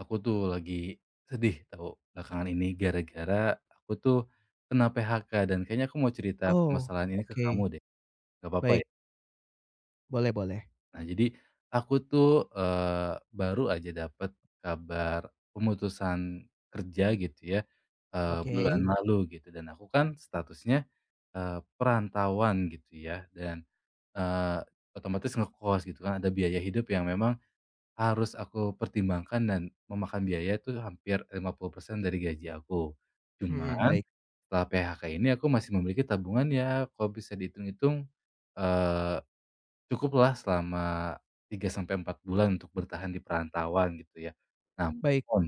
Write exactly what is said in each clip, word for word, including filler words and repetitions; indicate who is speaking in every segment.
Speaker 1: Aku tuh lagi sedih tahu belakangan ini gara-gara aku tuh kena P H K dan kayaknya aku mau cerita
Speaker 2: Oh,
Speaker 1: permasalahan ini ke kamu
Speaker 2: oke.
Speaker 1: deh, gak apa-apa
Speaker 2: Baik,
Speaker 1: ya?
Speaker 2: boleh boleh.
Speaker 1: Nah jadi aku tuh eee, baru aja dapat kabar pemutusan kerja gitu ya, eee, bulan
Speaker 2: Oke,
Speaker 1: Hmm. lalu gitu dan aku kan statusnya, eee, perantauan gitu ya dan, eee, otomatis ngekos gitu kan ada biaya hidup yang memang harus aku pertimbangkan dan memakan biaya itu hampir lima puluh persen dari gaji aku.
Speaker 2: mhm,
Speaker 1: Cuman,
Speaker 2: baik
Speaker 1: setelah P H K ini aku masih memiliki tabungan ya, kalau bisa dihitung-hitung, eee, cukuplah selama tiga sampai empat bulan untuk bertahan di perantauan gitu ya. Mmm.
Speaker 2: baik.
Speaker 1: Namun,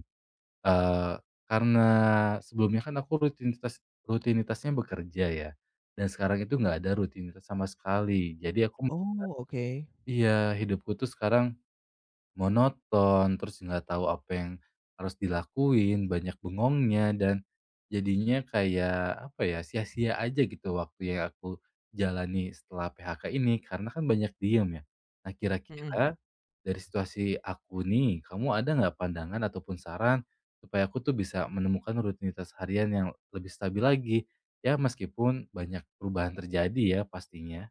Speaker 1: eee, karena sebelumnya kan aku rutinitas rutinitasnya bekerja ya, dan sekarang itu nggak ada rutinitas sama sekali. Jadi aku,
Speaker 2: Oh, oke.
Speaker 1: iya, hidupku tuh sekarang monoton, terus nggak tahu apa yang harus dilakuin, banyak bengongnya, dan jadinya kayak, apa ya, sia-sia aja gitu waktu yang aku jalani setelah P H K ini, karena kan banyak diem ya. Nah,
Speaker 2: Mhm.
Speaker 1: kira-kira dari situasi aku nih, kamu ada nggak pandangan ataupun saran supaya aku tuh bisa menemukan rutinitas harian yang lebih stabil lagi? Ya, meskipun banyak perubahan terjadi ya pastinya.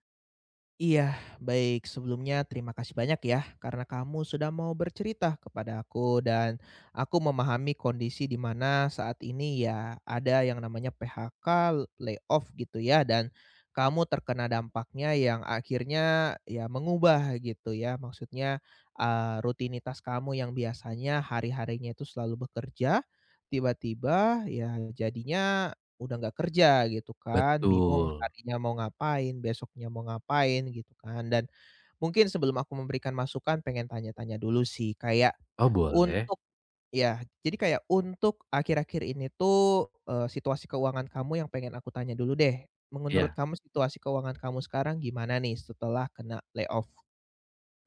Speaker 2: Iya, baik. Sebelumnya terima kasih banyak ya karena kamu sudah mau bercerita kepada aku dan aku memahami kondisi di mana saat ini ya ada yang namanya P H K, layoff gitu ya dan kamu terkena dampaknya yang akhirnya ya mengubah gitu ya. Maksudnya uh, rutinitas kamu yang biasanya hari-harinya itu selalu bekerja tiba-tiba ya jadinya udah nggak kerja gitu kan, bingung
Speaker 1: Betul.
Speaker 2: harinya mau ngapain, besoknya mau ngapain gitu kan, dan mungkin sebelum aku memberikan masukan pengen tanya-tanya dulu sih kayak
Speaker 1: Oh, boleh?
Speaker 2: untuk ya, jadi kayak untuk akhir-akhir ini tuh, eee, situasi keuangan kamu yang pengen aku tanya dulu deh. Menurut
Speaker 1: Iya.
Speaker 2: kamu situasi keuangan kamu sekarang gimana nih setelah kena layoff?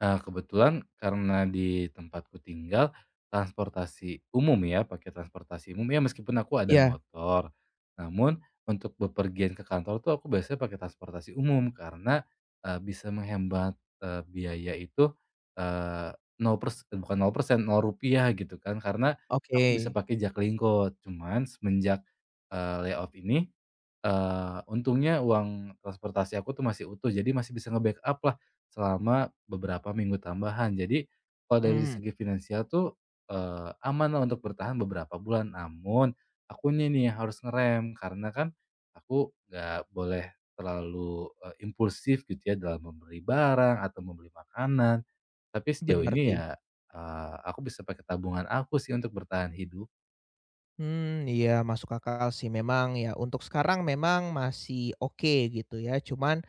Speaker 1: Eee, kebetulan karena di tempatku tinggal transportasi umum ya, pakai transportasi umum ya meskipun aku ada
Speaker 2: Iya,
Speaker 1: motor, namun untuk bepergian ke kantor tuh aku biasanya pakai transportasi umum karena, eee, bisa menghemat, eee, biaya itu, eee, nol pers bukan nol persen nol rupiah gitu kan, karena
Speaker 2: oke.
Speaker 1: aku bisa pakai Jaklingko. Cuman semenjak, eee, layoff ini. Eee, untungnya uang transportasi aku tuh masih utuh, jadi masih bisa nge-backup lah selama beberapa minggu tambahan. Jadi, kalau dari
Speaker 2: Mmm,
Speaker 1: segi finansial tuh, eee, aman lah untuk bertahan beberapa bulan. Namun, akunya nih yang harus ngerem, karena kan aku nggak boleh terlalu, eee, impulsif gitu ya dalam membeli barang atau membeli makanan. Tapi sejauh
Speaker 2: bener
Speaker 1: ini
Speaker 2: sih.
Speaker 1: ya, eee, aku bisa pakai tabungan aku sih untuk bertahan hidup.
Speaker 2: Mmm, iya masuk akal sih memang ya untuk sekarang memang masih oke gitu ya, cuman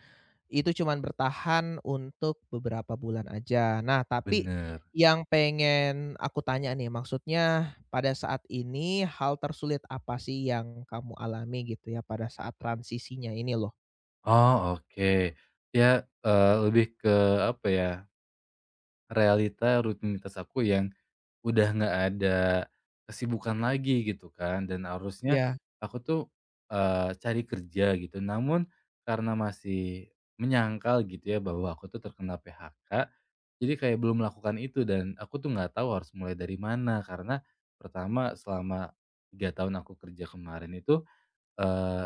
Speaker 2: itu cuman bertahan untuk beberapa bulan aja. Nah, tapi
Speaker 1: Bener.
Speaker 2: yang pengen aku tanya nih, maksudnya pada saat ini hal tersulit apa sih yang kamu alami gitu ya pada saat transisinya ini loh?
Speaker 1: Oh, oke. Ya, eee, lebih ke apa ya, realita rutinitas aku yang udah nggak ada kesibukan lagi gitu kan, dan harusnya
Speaker 2: Ya,
Speaker 1: aku tuh, eee, cari kerja gitu. Namun karena masih menyangkal gitu ya bahwa aku tuh terkena P H K, jadi kayak belum melakukan itu dan aku tuh nggak tahu harus mulai dari mana. Karena pertama selama tiga tahun aku kerja kemarin itu, Eee,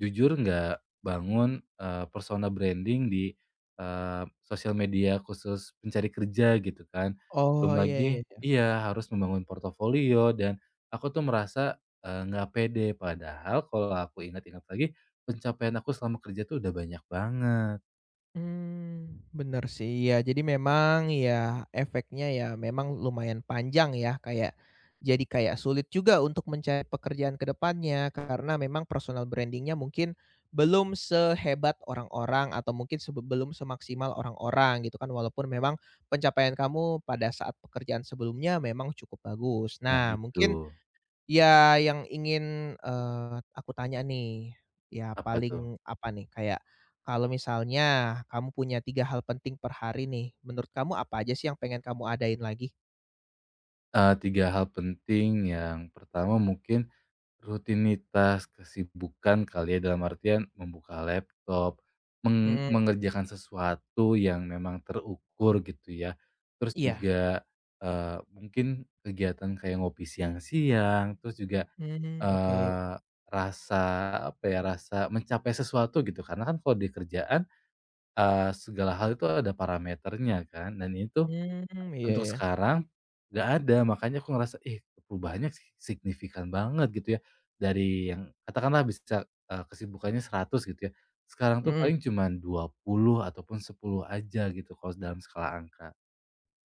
Speaker 1: jujur nggak bangun, eee, persona branding di, eee, sosial media khusus pencari kerja gitu kan. Belum
Speaker 2: oh, iya iya.
Speaker 1: lagi iya, harus membangun portofolio dan aku tuh merasa, eee, nggak pede. Padahal kalau aku ingat-ingat lagi, pencapaian aku selama kerja tuh udah banyak banget.
Speaker 2: Mmm, bener sih, ya. Jadi memang ya efeknya ya memang lumayan panjang ya, kayak jadi kayak sulit juga untuk mencari pekerjaan ke depannya karena memang personal branding-nya mungkin belum sehebat orang-orang atau mungkin sebe belum semaksimal orang-orang gitu kan, walaupun memang pencapaian kamu pada saat pekerjaan sebelumnya memang cukup bagus.
Speaker 1: Nah
Speaker 2: Nah
Speaker 1: itu.
Speaker 2: mungkin ya, yang ingin, eee, aku tanya nih, ya
Speaker 1: Apa tuh?
Speaker 2: paling apa nih, kayak kalau misalnya kamu punya tiga hal penting per hari nih, menurut kamu apa aja sih yang pengen kamu adain lagi?
Speaker 1: Eee, tiga hal penting, yang pertama mungkin rutinitas kesibukan kali ya, dalam artian membuka laptop, meng
Speaker 2: Mhm,
Speaker 1: mengerjakan sesuatu yang memang terukur gitu ya. Terus
Speaker 2: iya.
Speaker 1: juga, eee, mungkin kegiatan kayak ngopi siang-siang, terus juga,
Speaker 2: Mmm, oke.
Speaker 1: eee, rasa apa ya, rasa mencapai sesuatu gitu. Karena kan kalau di kerjaan, eee, segala hal itu ada parameternya kan, dan itu
Speaker 2: Mmm, iya
Speaker 1: untuk
Speaker 2: iya.
Speaker 1: sekarang, nggak ada, makanya aku ngerasa, ih perubahannya si signifikan banget gitu ya, dari yang katakanlah bisa, eee, kesibukannya seratus gitu ya, sekarang tuh
Speaker 2: Mhm.
Speaker 1: paling cuman dua puluh ataupun sepuluh aja gitu kalau dalam skala angka.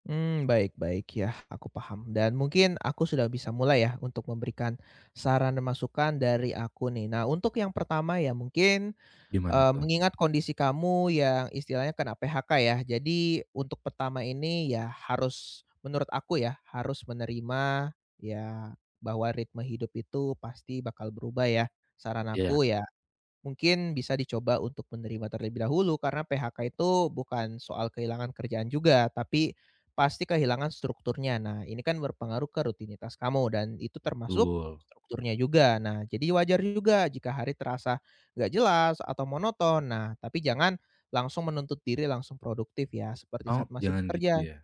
Speaker 2: Mmm, baik baik, ya aku paham dan mungkin aku sudah bisa mulai ya untuk memberikan saran dan masukan dari aku nih. Nah, untuk yang pertama ya mungkin
Speaker 1: Gimana
Speaker 2: Eee,
Speaker 1: tuh?
Speaker 2: mengingat kondisi kamu yang istilahnya kena P H K ya, jadi untuk pertama ini ya harus menurut aku ya, harus menerima ya bahwa ritme hidup itu pasti bakal berubah ya. Saran
Speaker 1: Iya,
Speaker 2: aku ya mungkin bisa dicoba untuk menerima terlebih dahulu karena P H K itu bukan soal kehilangan kerjaan juga, tapi pasti kehilangan strukturnya. Nah, ini kan berpengaruh ke rutinitas kamu dan itu termasuk
Speaker 1: betul.
Speaker 2: strukturnya juga. Nah, jadi wajar juga jika hari terasa nggak jelas atau monoton. Nah, tapi jangan langsung menuntut diri langsung produktif ya, seperti
Speaker 1: Oh,
Speaker 2: saat masih
Speaker 1: jangan gitu
Speaker 2: bekerja.
Speaker 1: ya?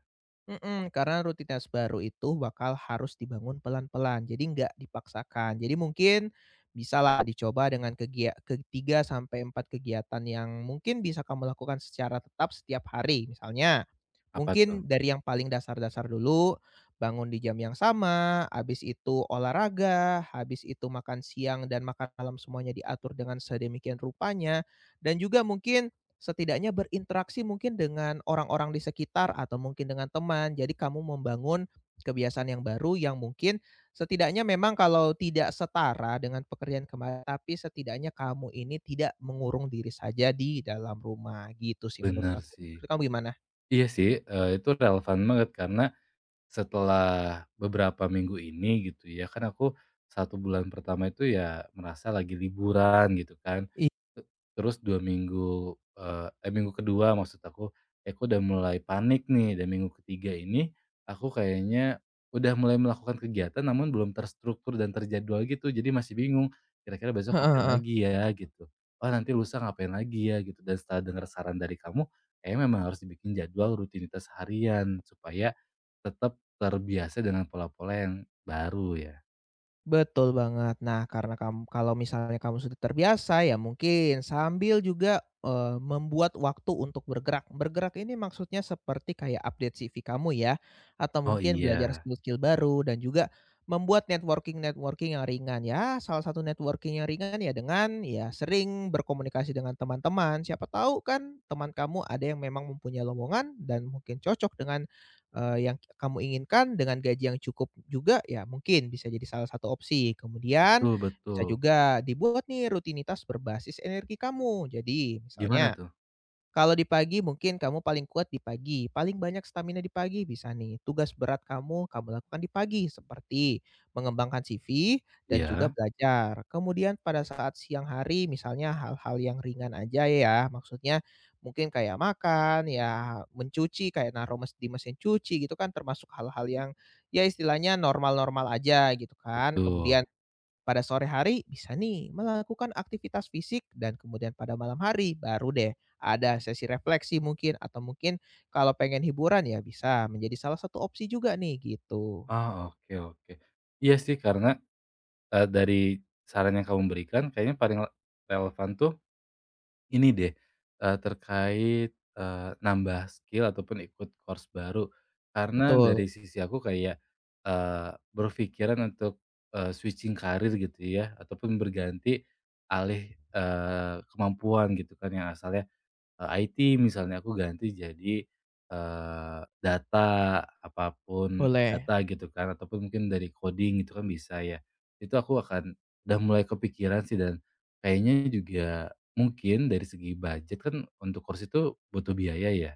Speaker 2: Mhm, karena rutinitas baru itu bakal harus dibangun pelan-pelan, jadi nggak dipaksakan. Jadi mungkin bisalah dicoba dengan kegia ketiga sampai empat kegiatan yang mungkin bisa kamu lakukan secara tetap setiap hari. Misalnya,
Speaker 1: Apa tuh?
Speaker 2: mungkin dari yang paling dasar-dasar dulu, bangun di jam yang sama, habis itu olahraga, habis itu makan siang dan makan malam semuanya diatur dengan sedemikian rupanya, dan juga mungkin setidaknya berinteraksi mungkin dengan orang-orang di sekitar atau mungkin dengan teman. Jadi kamu membangun kebiasaan yang baru yang mungkin setidaknya memang kalau tidak setara dengan pekerjaan kemarin, tapi setidaknya kamu ini tidak mengurung diri saja di dalam rumah, gitu sih menurut
Speaker 1: Bener
Speaker 2: aku.
Speaker 1: sih.
Speaker 2: Menurut kamu gimana?
Speaker 1: Iya sih, eee, itu relevan banget karena setelah beberapa minggu ini gitu ya, kan aku satu bulan pertama itu ya merasa lagi liburan gitu kan. Te terus dua minggu, eee, eh, minggu kedua maksud aku, ya aku udah mulai panik nih dan minggu ketiga ini aku kayaknya udah mulai melakukan kegiatan namun belum terstruktur dan terjadwal gitu. Jadi masih bingung, kira-kira besok ngapain lagi ya gitu, oh nanti lusa ngapain lagi ya gitu. Dan setelah dengar saran dari kamu, kayaknya memang harus dibikin jadwal rutinitas harian supaya tetap terbiasa dengan pola-pola yang baru ya?
Speaker 2: Betul banget. Nah, karena kamu kalau misalnya kamu sudah terbiasa, ya mungkin sambil juga, eee, membuat waktu untuk bergerak. Bergerak ini maksudnya seperti kayak update C V kamu ya, atau
Speaker 1: Oh
Speaker 2: mungkin belajar
Speaker 1: iya.
Speaker 2: skill-skill baru dan juga membuat networking-networking yang ringan. Ya, salah satu networking yang ringan ya dengan ya sering berkomunikasi dengan teman-teman. Siapa tahu kan teman kamu ada yang memang mempunyai lowongan dan mungkin cocok dengan eee, yang kamu inginkan dengan gaji yang cukup juga, ya mungkin bisa jadi salah satu opsi. Kemudian
Speaker 1: Betul
Speaker 2: bisa
Speaker 1: betul.
Speaker 2: juga dibuat nih rutinitas berbasis energi kamu. Jadi misalnya
Speaker 1: Gimana tuh?
Speaker 2: kalau di pagi mungkin kamu paling kuat di pagi, paling banyak stamina di pagi bisa nih. Tugas berat kamu, kamu lakukan di pagi seperti mengembangkan C V dan juga
Speaker 1: Iya,
Speaker 2: belajar. Kemudian pada saat siang hari misalnya hal-hal yang ringan aja ya, maksudnya mungkin kayak makan, ya mencuci, kayak naruh mes- di mesin cuci gitu kan termasuk hal-hal yang ya istilahnya normal-normal aja gitu kan.
Speaker 1: betul.
Speaker 2: Kemudian pada sore hari bisa nih melakukan aktivitas fisik dan kemudian pada malam hari baru deh ada sesi refleksi mungkin atau mungkin kalau pengen hiburan ya bisa menjadi salah satu opsi juga nih gitu.
Speaker 1: Oh, oke oke. Iya sih karena, eee, dari saran yang kamu berikan kayaknya paling relevan tuh ini deh, eee, terkait, eee, nambah skill ataupun ikut course baru. Karena
Speaker 2: Betul,
Speaker 1: dari sisi aku kayak, eee, berpikiran untuk, eee, switching karir gitu ya, ataupun berganti alih, eee, kemampuan gitu kan, yang asalnya Eee, I T misalnya aku ganti jadi, eee, data, apapun
Speaker 2: boleh,
Speaker 1: data gitu kan ataupun mungkin dari coding gitu kan bisa ya. Itu aku akan udah mulai kepikiran sih dan kayaknya juga mungkin dari segi budget kan untuk kursi itu butuh biaya ya.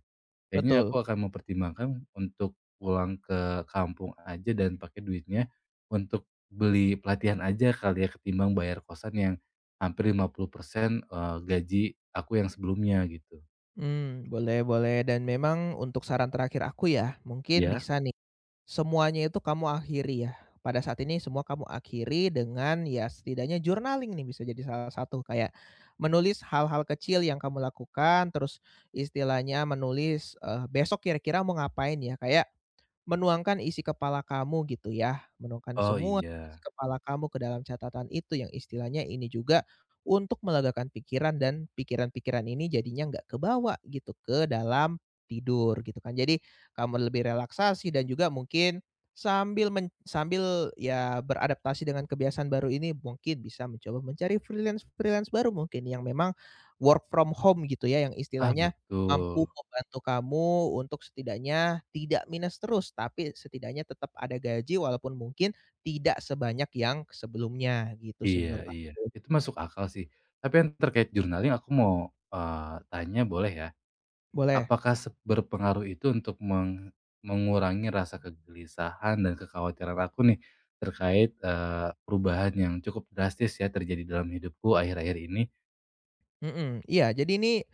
Speaker 1: Kayaknya
Speaker 2: betul.
Speaker 1: aku akan mempertimbangkan untuk pulang ke kampung aja dan pakai duitnya untuk beli pelatihan aja kali ya ketimbang bayar kosan yang hampir lima puluh persen, eee, gaji aku yang sebelumnya gitu.
Speaker 2: Mmm, boleh boleh dan memang untuk saran terakhir aku ya mungkin
Speaker 1: Iya?
Speaker 2: bisa semuanya itu kamu akhiri ya, pada saat ini semua kamu akhiri dengan ya setidaknya journaling nih bisa jadi salah satu, kayak menulis hal-hal kecil yang kamu lakukan, terus istilahnya menulis, eee, besok kira-kira mau ngapain ya, kayak menuangkan isi kepala kamu gitu ya, menuangkan
Speaker 1: Oh
Speaker 2: semua isi
Speaker 1: iya.
Speaker 2: kepala kamu ke dalam catatan itu yang istilahnya ini juga untuk melegakan pikiran dan pikiran-pikiran ini jadinya nggak kebawa gitu ke dalam tidur gitu kan. Jadi kamu lebih relaksasi dan juga mungkin sambil men sambil ya beradaptasi dengan kebiasaan baru ini mungkin bisa mencoba mencari freelance-freelance baru mungkin yang memang work from home gitu ya, yang
Speaker 1: Ah,
Speaker 2: istilahnya
Speaker 1: betul.
Speaker 2: mampu membantu kamu untuk setidaknya tidak minus terus, tapi setidaknya tetap ada gaji walaupun mungkin tidak sebanyak yang sebelumnya, gitu sih
Speaker 1: Iya
Speaker 2: menurut
Speaker 1: iya.
Speaker 2: aku.
Speaker 1: Itu masuk akal sih. Tapi yang terkait journaling aku mau, eee, tanya boleh ya?
Speaker 2: Boleh?
Speaker 1: Apakah se berpengaruh itu untuk meng mengurangi rasa kegelisahan dan kekhawatiran aku nih terkait, eee, perubahan yang cukup drastis ya terjadi dalam hidupku akhir-akhir ini?
Speaker 2: Mhm, iya jadi ini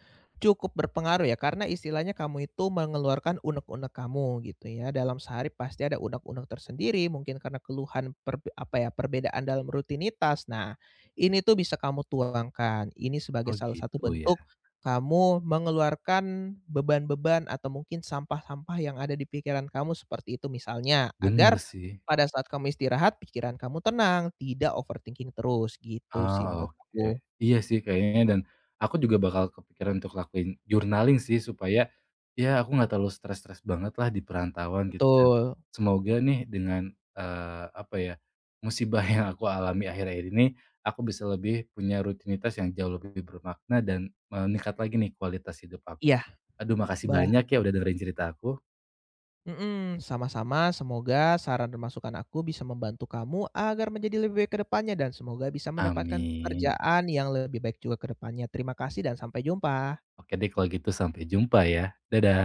Speaker 2: cukup berpengaruh ya karena istilahnya kamu itu mengeluarkan unek-unek kamu gitu ya. Dalam sehari pasti ada unek-unek tersendiri mungkin karena keluhan perbe apa ya, perbedaan dalam rutinitas. Nah, ini tuh bisa kamu tuangkan. Ini sebagai
Speaker 1: Oh
Speaker 2: salah satu
Speaker 1: gitu ya.
Speaker 2: bentuk kamu mengeluarkan beban-beban atau mungkin sampah-sampah yang ada di pikiran kamu seperti itu misalnya, agar
Speaker 1: Bener sih.
Speaker 2: pada saat kamu istirahat pikiran kamu tenang, tidak overthinking terus gitu sih
Speaker 1: Ah
Speaker 2: menurut aku.
Speaker 1: oke. Iya sih kayaknya dan aku juga bakal kepikiran untuk lakuin journaling sih supaya ya aku nggak terlalu stres-stres banget lah di perantauan gitu dan
Speaker 2: Betul.
Speaker 1: semoga nih dengan eee, apa ya, musibah yang aku alami akhir-akhir ini, aku bisa lebih punya rutinitas yang jauh lebih bermakna dan meningkat lagi nih kualitas hidup aku.
Speaker 2: Iya.
Speaker 1: Aduh makasih
Speaker 2: Bah
Speaker 1: banyak ya udah dengerin cerita aku.
Speaker 2: mhm, sama-sama semoga saran dan masukan aku bisa membantu kamu agar menjadi lebih baik ke depannya dan semoga bisa mendapatkan
Speaker 1: Amin.
Speaker 2: pekerjaan yang lebih baik juga ke depannya. Terima kasih dan sampai jumpa.
Speaker 1: Oke deh kalau gitu sampai jumpa ya. Dadah.